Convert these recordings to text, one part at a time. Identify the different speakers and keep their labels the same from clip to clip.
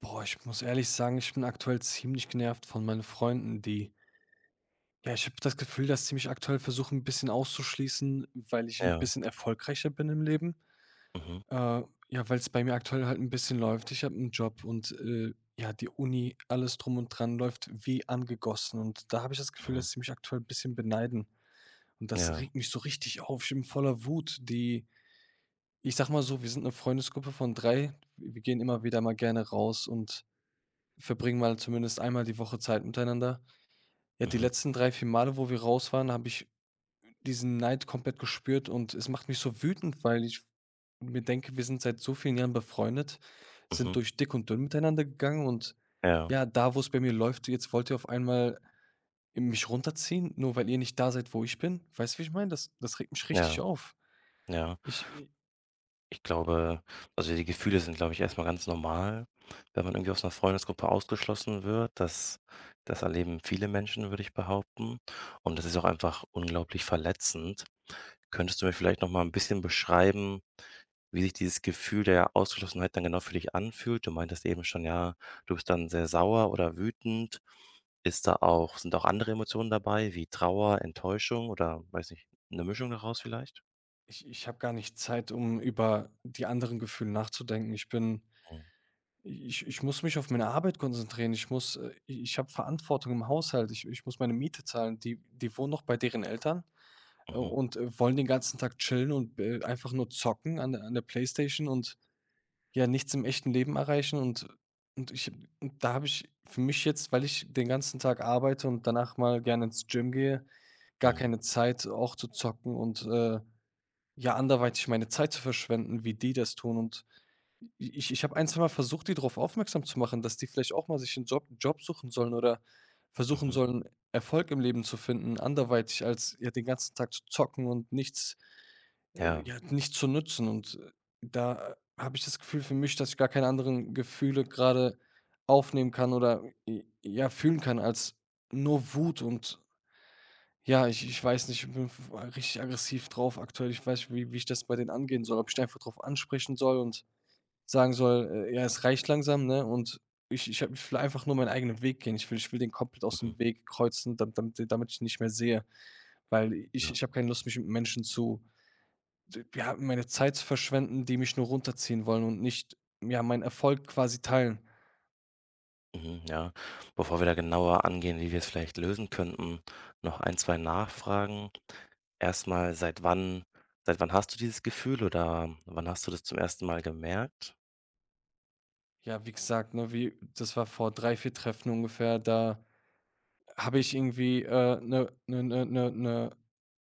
Speaker 1: Boah, ich muss ehrlich sagen, ich bin aktuell ziemlich genervt von meinen Freunden, die ja, ich habe das Gefühl, dass sie mich aktuell versuchen, ein bisschen auszuschließen, weil ich ein
Speaker 2: Ja.
Speaker 1: bisschen erfolgreicher bin im Leben.
Speaker 2: Mhm,
Speaker 1: Äh, ja, weil es bei mir aktuell halt ein bisschen läuft. Ich habe einen Job und, ja, die Uni, alles drum und dran läuft wie angegossen, und da habe ich das Gefühl,
Speaker 2: mhm.
Speaker 1: dass sie mich aktuell ein bisschen beneiden, und das
Speaker 2: Ja.
Speaker 1: regt mich so richtig auf. Ich bin voller Wut. Die Ich sage mal so, wir sind eine Freundesgruppe von drei. Wir gehen immer wieder mal gerne raus und verbringen mal zumindest einmal die Woche Zeit miteinander. Ja, die
Speaker 2: Mhm,
Speaker 1: letzten 3 4 Male, wo wir raus waren, habe ich diesen Neid komplett gespürt, und es macht mich so wütend, weil ich mir denke, wir sind seit so vielen Jahren befreundet, sind
Speaker 2: mhm.
Speaker 1: durch dick und dünn miteinander gegangen, und
Speaker 2: Ja,
Speaker 1: ja, da, wo es bei mir läuft, jetzt wollt ihr auf einmal mich runterziehen, nur weil ihr nicht da seid, wo ich bin. Weißt du, wie ich meine? Das regt mich richtig
Speaker 2: ja,
Speaker 1: auf.
Speaker 2: ja.
Speaker 1: Ich
Speaker 2: Ich glaube, also die Gefühle sind, glaube ich, erstmal ganz normal, wenn man irgendwie aus einer Freundesgruppe ausgeschlossen wird. Das erleben viele Menschen, würde ich behaupten. Und das ist auch einfach unglaublich verletzend. Könntest du mir vielleicht noch mal ein bisschen beschreiben, wie sich dieses Gefühl der Ausgeschlossenheit dann genau für dich anfühlt? Du meintest eben schon, ja, du bist dann sehr sauer oder wütend. Ist da auch Sind auch andere Emotionen dabei, wie Trauer, Enttäuschung oder weiß nicht, eine Mischung daraus vielleicht?
Speaker 1: ich habe gar nicht Zeit, um über die anderen Gefühle nachzudenken.
Speaker 2: Mhm,
Speaker 1: Ich muss mich auf meine Arbeit konzentrieren. Ich habe Verantwortung im Haushalt. Ich muss meine Miete zahlen. Die wohnen noch bei deren Eltern,
Speaker 2: mhm,
Speaker 1: und, wollen den ganzen Tag chillen und, einfach nur zocken an der Playstation und ja nichts im echten Leben erreichen, und ich und da habe ich für mich jetzt, weil ich den ganzen Tag arbeite und danach mal gerne ins Gym gehe, gar
Speaker 2: mhm,
Speaker 1: keine Zeit auch zu zocken und, ja, anderweitig meine Zeit zu verschwenden, wie die das tun. Und ich habe ein, zweimal versucht, die darauf aufmerksam zu machen, dass die vielleicht auch mal sich einen Job suchen sollen oder versuchen
Speaker 2: mhm.
Speaker 1: sollen, Erfolg im Leben zu finden, anderweitig als, ja, den ganzen Tag zu zocken und nichts
Speaker 2: Ja.
Speaker 1: ja, nichts zu nutzen. Und, da habe ich das Gefühl für mich, dass ich gar keine anderen Gefühle gerade aufnehmen kann oder, j ja, fühlen kann als nur Wut. Und ja, ich
Speaker 2: Mhm,
Speaker 1: weiß nicht, ich bin v richtig aggressiv drauf aktuell. Ich weiß nicht, wie ich das bei denen angehen soll, ob ich die einfach drauf ansprechen soll und sagen soll, ja, es reicht langsam, ne? Und ich will einfach nur meinen eigenen Weg gehen. Ich will den komplett aus
Speaker 2: mhm,
Speaker 1: dem Weg kreuzen, damit ich ihn nicht mehr sehe, weil ich
Speaker 2: ja.
Speaker 1: ich habe keine Lust, mich mit Menschen zu, ja, meine Zeit zu verschwenden, die mich nur runterziehen wollen und nicht, ja, meinen Erfolg quasi teilen.
Speaker 2: Mhm, ja. Bevor wir da genauer angehen, wie wir es vielleicht lösen könnten, noch ein, 2 Nachfragen. Erstmal seit wann hast du dieses Gefühl oder wann hast du das zum ersten Mal gemerkt?
Speaker 1: Ja, wie gesagt, ne, wie das war vor 3 4 Treffen ungefähr. Da habe ich irgendwie,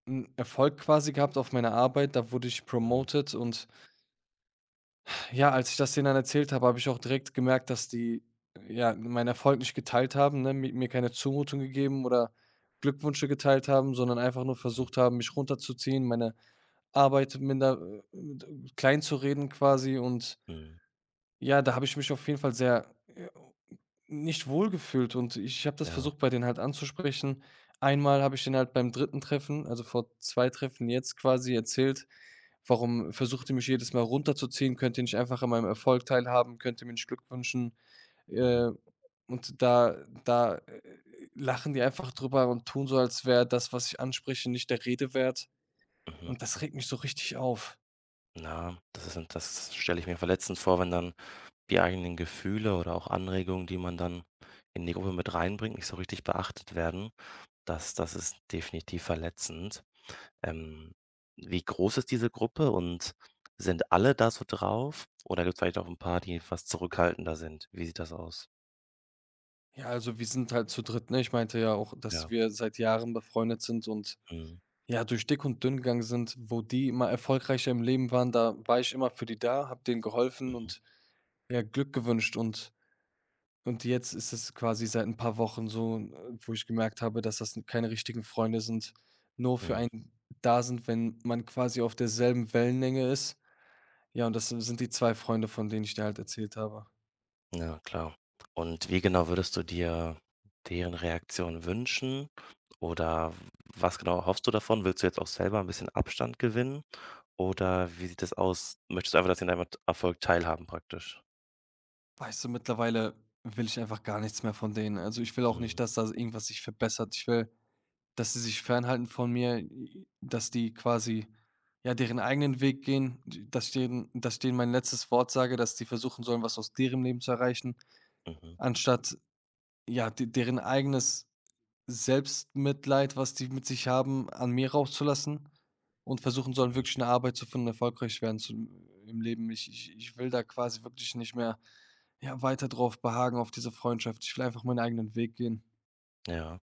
Speaker 1: 'n Erfolg quasi gehabt auf meiner Arbeit. Da wurde ich
Speaker 2: Mhm,
Speaker 1: promoted, und ja, als ich das denen dann erzählt habe, habe ich auch direkt gemerkt, dass die, ja, meinen Erfolg nicht geteilt haben, ne? Mi Mir keine Zumutung gegeben oder Glückwünsche geteilt haben, sondern einfach nur
Speaker 2: mhm,
Speaker 1: versucht haben, mich runterzuziehen, meine Arbeit minder d klein zu reden quasi. Und
Speaker 2: mhm.
Speaker 1: ja, da habe ich mich auf jeden Fall sehr, nicht wohl gefühlt, und ich habe das
Speaker 2: Ja.
Speaker 1: versucht, bei denen halt anzusprechen. Einmal habe ich den halt beim dritten Treffen, also vor 2 Treffen jetzt quasi erzählt: Warum versucht ihr mich jedes Mal runterzuziehen? Könnt ihr nicht einfach an meinem Erfolg teilhaben? Könnt ihr mir nicht Glück wünschen?
Speaker 2: Mhm,
Speaker 1: Äh, und da lachen die einfach drüber und tun so, als wäre das, was ich anspreche, nicht der Rede wert.
Speaker 2: mhm.
Speaker 1: Und das regt mich so richtig auf.
Speaker 2: Ja, das stelle ich mir verletzend vor, wenn dann die eigenen Gefühle oder auch Anregungen, die man dann in die Gruppe mit reinbringt, nicht so richtig beachtet werden. Das ist definitiv verletzend. Ähm, Wie groß ist diese Gruppe und sind alle da so drauf oder gibt es vielleicht auch ein paar, die etwas zurückhaltender sind? Wie sieht das aus?
Speaker 1: Ja, also wir sind halt zu dritt, ne? Ich meinte ja auch, dass
Speaker 2: Ja.
Speaker 1: wir seit Jahren befreundet sind und
Speaker 2: Mhm.
Speaker 1: ja, durch dick und dünn gegangen sind. Wo die immer erfolgreicher im Leben waren, da war ich immer für die da, habe denen geholfen
Speaker 2: Mhm.
Speaker 1: und ja, Glück gewünscht. Und jetzt ist es quasi seit ein paar Wochen so, wo ich gemerkt habe, dass das n keine richtigen Freunde sind, nur für
Speaker 2: Mhm.
Speaker 1: einen da sind, wenn man quasi auf derselben Wellenlänge ist. Ja, und das sind die 2 Freunde, von denen ich dir halt erzählt habe.
Speaker 2: Ja, klar. Und wie genau würdest du dir deren Reaktion wünschen oder was genau hoffst du davon? Willst du jetzt auch selber ein bisschen Abstand gewinnen oder wie sieht das aus? Möchtest du einfach, dass sie an deinem Erfolg teilhaben praktisch?
Speaker 1: Weißt du, mittlerweile will ich einfach gar nichts mehr von denen. Also, ich will auch
Speaker 2: Mhm.
Speaker 1: nicht, dass da irgendwas sich verbessert. Ich will, dass sie sich fernhalten von mir, i dass die quasi, ja, deren eigenen Weg gehen, d dass ich denen mein letztes Wort sage, dass die versuchen sollen, was aus deren Leben zu erreichen,
Speaker 2: Mhm.
Speaker 1: anstatt, ja, de deren eigenes Selbstmitleid, was die mit sich haben, an mir rauszulassen, und versuchen sollen,
Speaker 2: Mhm.
Speaker 1: wirklich 'ne Arbeit zu finden, erfolgreich werden zu im Leben. Ich will da quasi wirklich nicht mehr, ja, weiter drauf beharren auf diese Freundschaft. Ich will einfach meinen eigenen Weg gehen.
Speaker 2: Ja.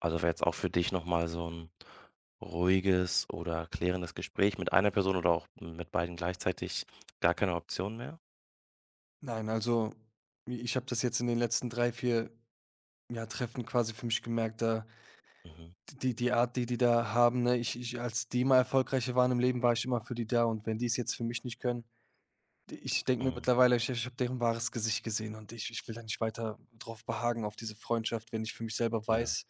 Speaker 2: Also wäre jetzt auch für dich nochmal so ein ruhiges oder klärendes Gespräch mit einer Person oder auch mit beiden gleichzeitig gar keine Option mehr?
Speaker 1: Nein, also, i ich habe das jetzt in den letzten 3 vier, ja, Treffen quasi für mich gemerkt, da
Speaker 2: Mhm,
Speaker 1: die die Art, die die da haben, ne? Ich als die mal erfolgreicher waren im Leben, war ich immer für die da, und wenn die's jetzt für mich nicht können. Ich denke mir
Speaker 2: mhm,
Speaker 1: mittlerweile, ich habe deren wahres Gesicht gesehen, und ich will da nicht weiter drauf behagen auf diese Freundschaft, wenn ich für mich selber
Speaker 2: ja,
Speaker 1: weiß,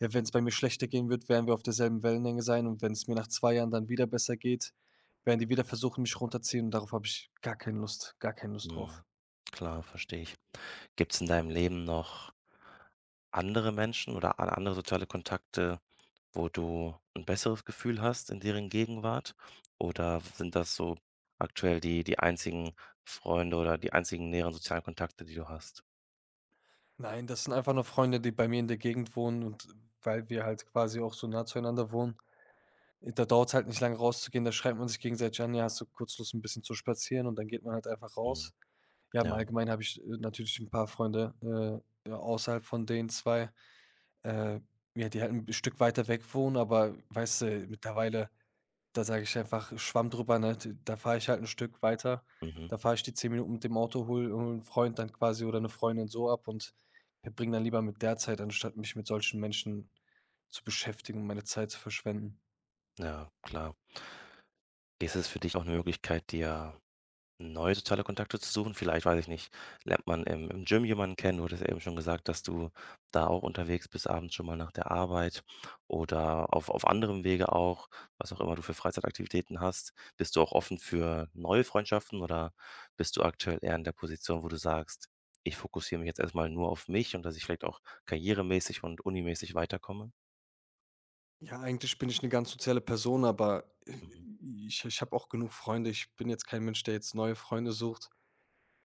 Speaker 1: ja, wenn es bei mir schlechter gehen wird, werden wir auf derselben Wellenlänge sein, und wenn es mir nach 2 Jahren dann wieder besser geht, werden die wieder versuchen, mich runterziehen, und darauf habe ich gar keine Lust drauf.
Speaker 2: mhm, klar, verstehe ich. Gibt es in deinem Leben noch andere Menschen oder an andere soziale Kontakte, wo du ein besseres Gefühl hast in deren Gegenwart? Oder sind das so aktuell die einzigen Freunde oder die einzigen näheren sozialen Kontakte, die du hast?
Speaker 1: Nein, das sind einfach nur Freunde, die bei mir in der Gegend wohnen, und weil wir halt quasi auch so nah zueinander wohnen, da dauert es halt nicht lange rauszugehen, da schreibt man sich gegenseitig an: „Ja, hast du kurz Lust, ein bisschen zu spazieren?“ Und dann geht man halt einfach
Speaker 2: Mhm,
Speaker 1: raus. Ja, im
Speaker 2: ja,
Speaker 1: Allgemeinen habe ich, natürlich ein paar Freunde, ja, außerhalb von den zwei, äh, ja, die halt ein Stück weiter weg wohnen, aber weißt du, mittlerweile da sage ich einfach: „Schwamm drüber“, ne? D Da fahre ich halt ein Stück weiter.
Speaker 2: mhm,
Speaker 1: Da fahre ich die 10 Minuten mit dem Auto, hole Freund dann quasi oder eine Freundin so ab und verbringe dann lieber mit der Zeit, anstatt mich mit solchen Menschen zu beschäftigen und meine Zeit zu verschwenden.
Speaker 2: ja, klar. Ist es für dich auch eine Möglichkeit, dir neue soziale Kontakte zu suchen? Vielleicht, weiß ich nicht, lernt man im Gym jemanden kennen. Du hattest ja eben schon gesagt, dass du da auch unterwegs bist, abends schon mal nach der Arbeit oder auf anderem Wege auch, was auch immer du für Freizeitaktivitäten hast. Bist du auch offen für neue Freundschaften oder bist du aktuell eher in der Position, wo du sagst: „Ich fokussiere mich jetzt erstmal nur auf mich und dass ich vielleicht auch karrieremäßig und unimäßig weiterkomme?“
Speaker 1: Ja, eigentlich bin ich eine ganz soziale Person, aber,
Speaker 2: Mhm.
Speaker 1: ich habe auch genug Freunde. Ich bin jetzt kein Mensch, der jetzt neue Freunde sucht.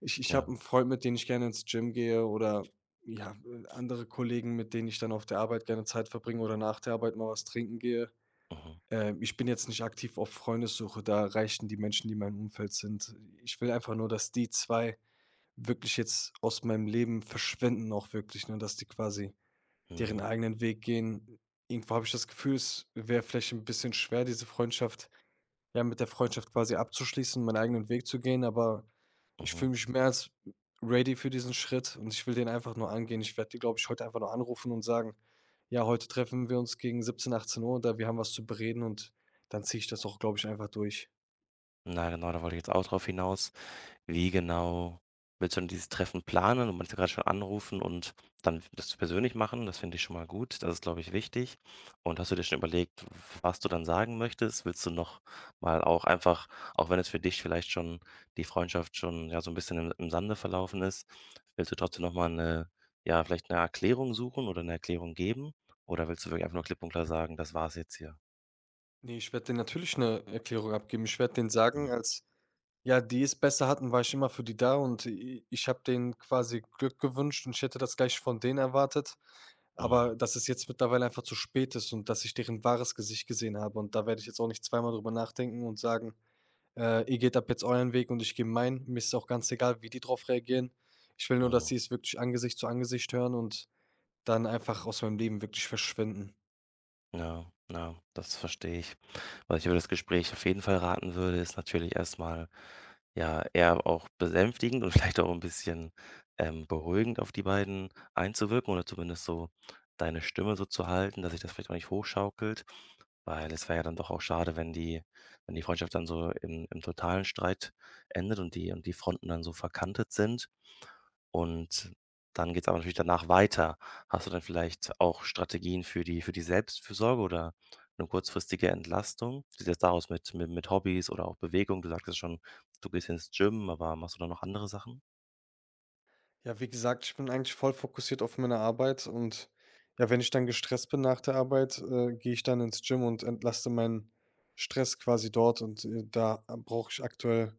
Speaker 1: Ich habe
Speaker 2: Ja.
Speaker 1: einen Freund, mit dem ich gerne ins Gym gehe, oder, ja, andere Kollegen, mit denen ich dann auf der Arbeit gerne Zeit verbringe oder nach der Arbeit mal was trinken gehe.
Speaker 2: Mhm.
Speaker 1: Ich bin jetzt nicht aktiv auf Freundessuche, da reichen die Menschen, die in meinem Umfeld sind. Ich will einfach nur, dass die 2 wirklich jetzt aus meinem Leben verschwinden auch wirklich, ne, dass die quasi deren
Speaker 2: Mhm.
Speaker 1: eigenen Weg gehen. Irgendwo habe ich das Gefühl, es wäre vielleicht ein bisschen schwer, diese Freundschaft, ja, mit der Freundschaft quasi abzuschließen, meinen eigenen Weg zu gehen, aber ich fühle
Speaker 2: Mhm.
Speaker 1: mich mehr als ready für diesen Schritt, und ich will den einfach nur angehen. Ich werde die, glaube ich, heute einfach nur anrufen und sagen, ja, heute treffen wir uns gegen 17, 18 Uhr, da wir haben was zu bereden, und dann ziehe ich das auch, glaube ich, einfach durch.
Speaker 2: Na genau, da wollte ich jetzt auch drauf hinaus. Wie genau willst du denn dieses Treffen planen? Du meinst ja grad schon anrufen und dann das persönlich machen, das finde ich schon mal gut. Das ist, glaube ich, wichtig. Und hast du dir schon überlegt, was du dann sagen möchtest? Willst du noch mal auch einfach, auch wenn es für dich vielleicht schon die Freundschaft schon, ja, so ein bisschen im Sande verlaufen ist, willst du trotzdem noch mal eine, ja, vielleicht eine Erklärung suchen oder eine Erklärung geben? Oder willst du wirklich einfach nur klipp und klar sagen: „Das war's jetzt hier?“
Speaker 1: Nee, ich werde denen natürlich eine Erklärung abgeben. Ich werde denen sagen,
Speaker 2: Mhm.
Speaker 1: als, ja, die es besser hatten, war ich immer für die da, und ich habe denen quasi Glück gewünscht, und ich hätte das gleich von denen erwartet.
Speaker 2: Mhm.
Speaker 1: Aber dass es jetzt mittlerweile einfach zu spät ist und dass ich deren wahres Gesicht gesehen habe, und da werde ich jetzt auch nicht zweimal drüber nachdenken und sagen: ihr geht ab jetzt euren Weg und ich gehe meinen.“ Mir ist auch ganz egal, wie die drauf reagieren. Ich will nur, dass
Speaker 2: Mhm.
Speaker 1: sie es wirklich Angesicht zu Angesicht hören und dann einfach aus meinem Leben wirklich verschwinden.
Speaker 2: Ja, ja, das verstehe ich. Was ich über das Gespräch auf jeden Fall raten würde, ist natürlich erstmal, ja, eher auch besänftigend und vielleicht auch ein bisschen beruhigend auf die beiden einzuwirken oder zumindest so deine Stimme so zu halten, dass sich das vielleicht auch nicht hochschaukelt, weil es wäre ja dann doch auch schade, wenn die Freundschaft dann so im totalen Streit endet und die Fronten dann so verkantet sind. Und dann geht's aber natürlich danach weiter. Hast du dann vielleicht auch Strategien für die Selbstfürsorge oder eine kurzfristige Entlastung? Wie sieht das da mit Hobbys oder auch Bewegung? Du sagtest schon, du gehst ins Gym, aber machst du da noch andere Sachen?
Speaker 1: Ja, wie gesagt, ich bin eigentlich voll fokussiert auf meine Arbeit, und ja, wenn ich dann gestresst bin nach der Arbeit, gehe ich dann ins Gym und entlaste meinen Stress quasi dort, und, da brauche ich aktuell.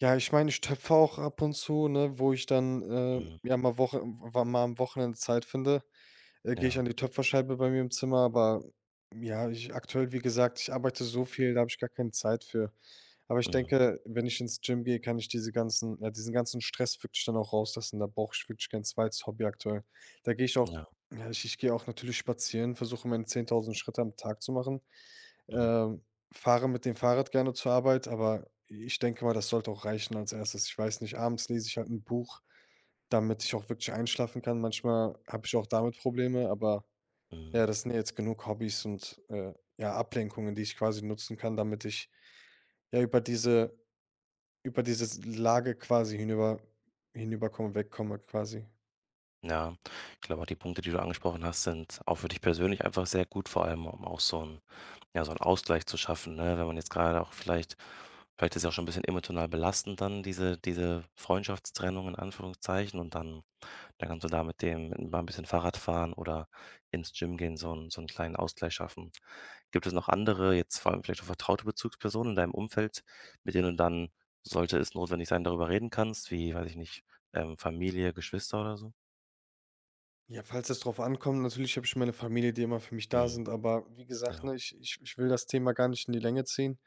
Speaker 1: Ja, ich meine, ich töpfe auch ab und zu, ne, wo ich dann,
Speaker 2: Mhm,
Speaker 1: ja, mal Woche wa mal am Wochenende Zeit finde, gehe ich
Speaker 2: ja,
Speaker 1: an die Töpferscheibe bei mir im Zimmer, aber ja, ich aktuell, wie gesagt, ich arbeite so viel, da habe ich gar keine Zeit für. Aber ich
Speaker 2: mhm,
Speaker 1: denke, wenn ich ins Gym gehe, kann ich diese ganzen, ja, diesen ganzen Stress wirklich dann auch rauslassen. Da brauche ich wirklich kein zweites Hobby aktuell. Da gehe ich auch,
Speaker 2: ja,
Speaker 1: ja, ich gehe auch natürlich spazieren, versuche meine 10.000 Schritte am Tag zu machen.
Speaker 2: mhm,
Speaker 1: Ähm, fahre mit dem Fahrrad gerne zur Arbeit, aber ich denke mal, das sollte auch reichen als Erstes. Ich weiß nicht, abends lese ich halt ein Buch, damit ich auch wirklich einschlafen kann. Manchmal habe ich auch damit Probleme, aber
Speaker 2: mhm.
Speaker 1: ja, das sind ja jetzt genug Hobbys und, ja, Ablenkungen, die ich quasi nutzen kann, damit ich, ja, über diese über dieses Lage quasi hinüberkomme wegkomme quasi.
Speaker 2: Ja, ich glaube auch die Punkte, die du angesprochen hast, sind auch für dich persönlich einfach sehr gut, vor allem um auch so 'n Ausgleich zu schaffen, ne? Wenn man jetzt gerade auch vielleicht ist ja auch schon ein bisschen emotional belastend, dann diese Freundschaftstrennung in Anführungszeichen. Dann kannst du da mit dem mal ein bisschen Fahrrad fahren oder ins Gym gehen, so 'n kleinen Ausgleich schaffen. Gibt es noch andere, jetzt vor allem vielleicht auch vertraute Bezugspersonen in deinem Umfeld, mit denen du dann, sollte es notwendig sein, darüber reden kannst, wie, weiß ich nicht, Familie, Geschwister oder so?
Speaker 1: Ja, falls es drauf ankommt, natürlich habe ich meine Familie, die immer für mich da
Speaker 2: Mhm,
Speaker 1: sind, aber wie gesagt,
Speaker 2: ja,
Speaker 1: ne, ich will das Thema gar nicht in die Länge ziehen.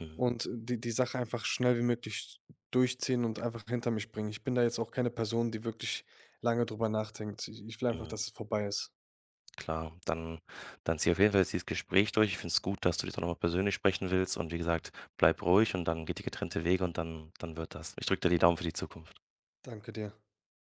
Speaker 2: mhm,
Speaker 1: Und die die Sache einfach schnell wie möglich durchziehen und einfach hinter mich bringen. Ich bin da jetzt auch keine Person, die wirklich lange drüber nachdenkt. Ich will einfach,
Speaker 2: mhm,
Speaker 1: dass es vorbei ist.
Speaker 2: klar. Dann zieh auf jeden Fall jetzt dieses Gespräch durch. Ich finde es gut, dass du das auch noch mal persönlich sprechen willst und wie gesagt, bleib ruhig und dann geht ihr getrennte Wege und dann wird das. Ich drücke dir die Daumen für die Zukunft.
Speaker 1: Danke dir.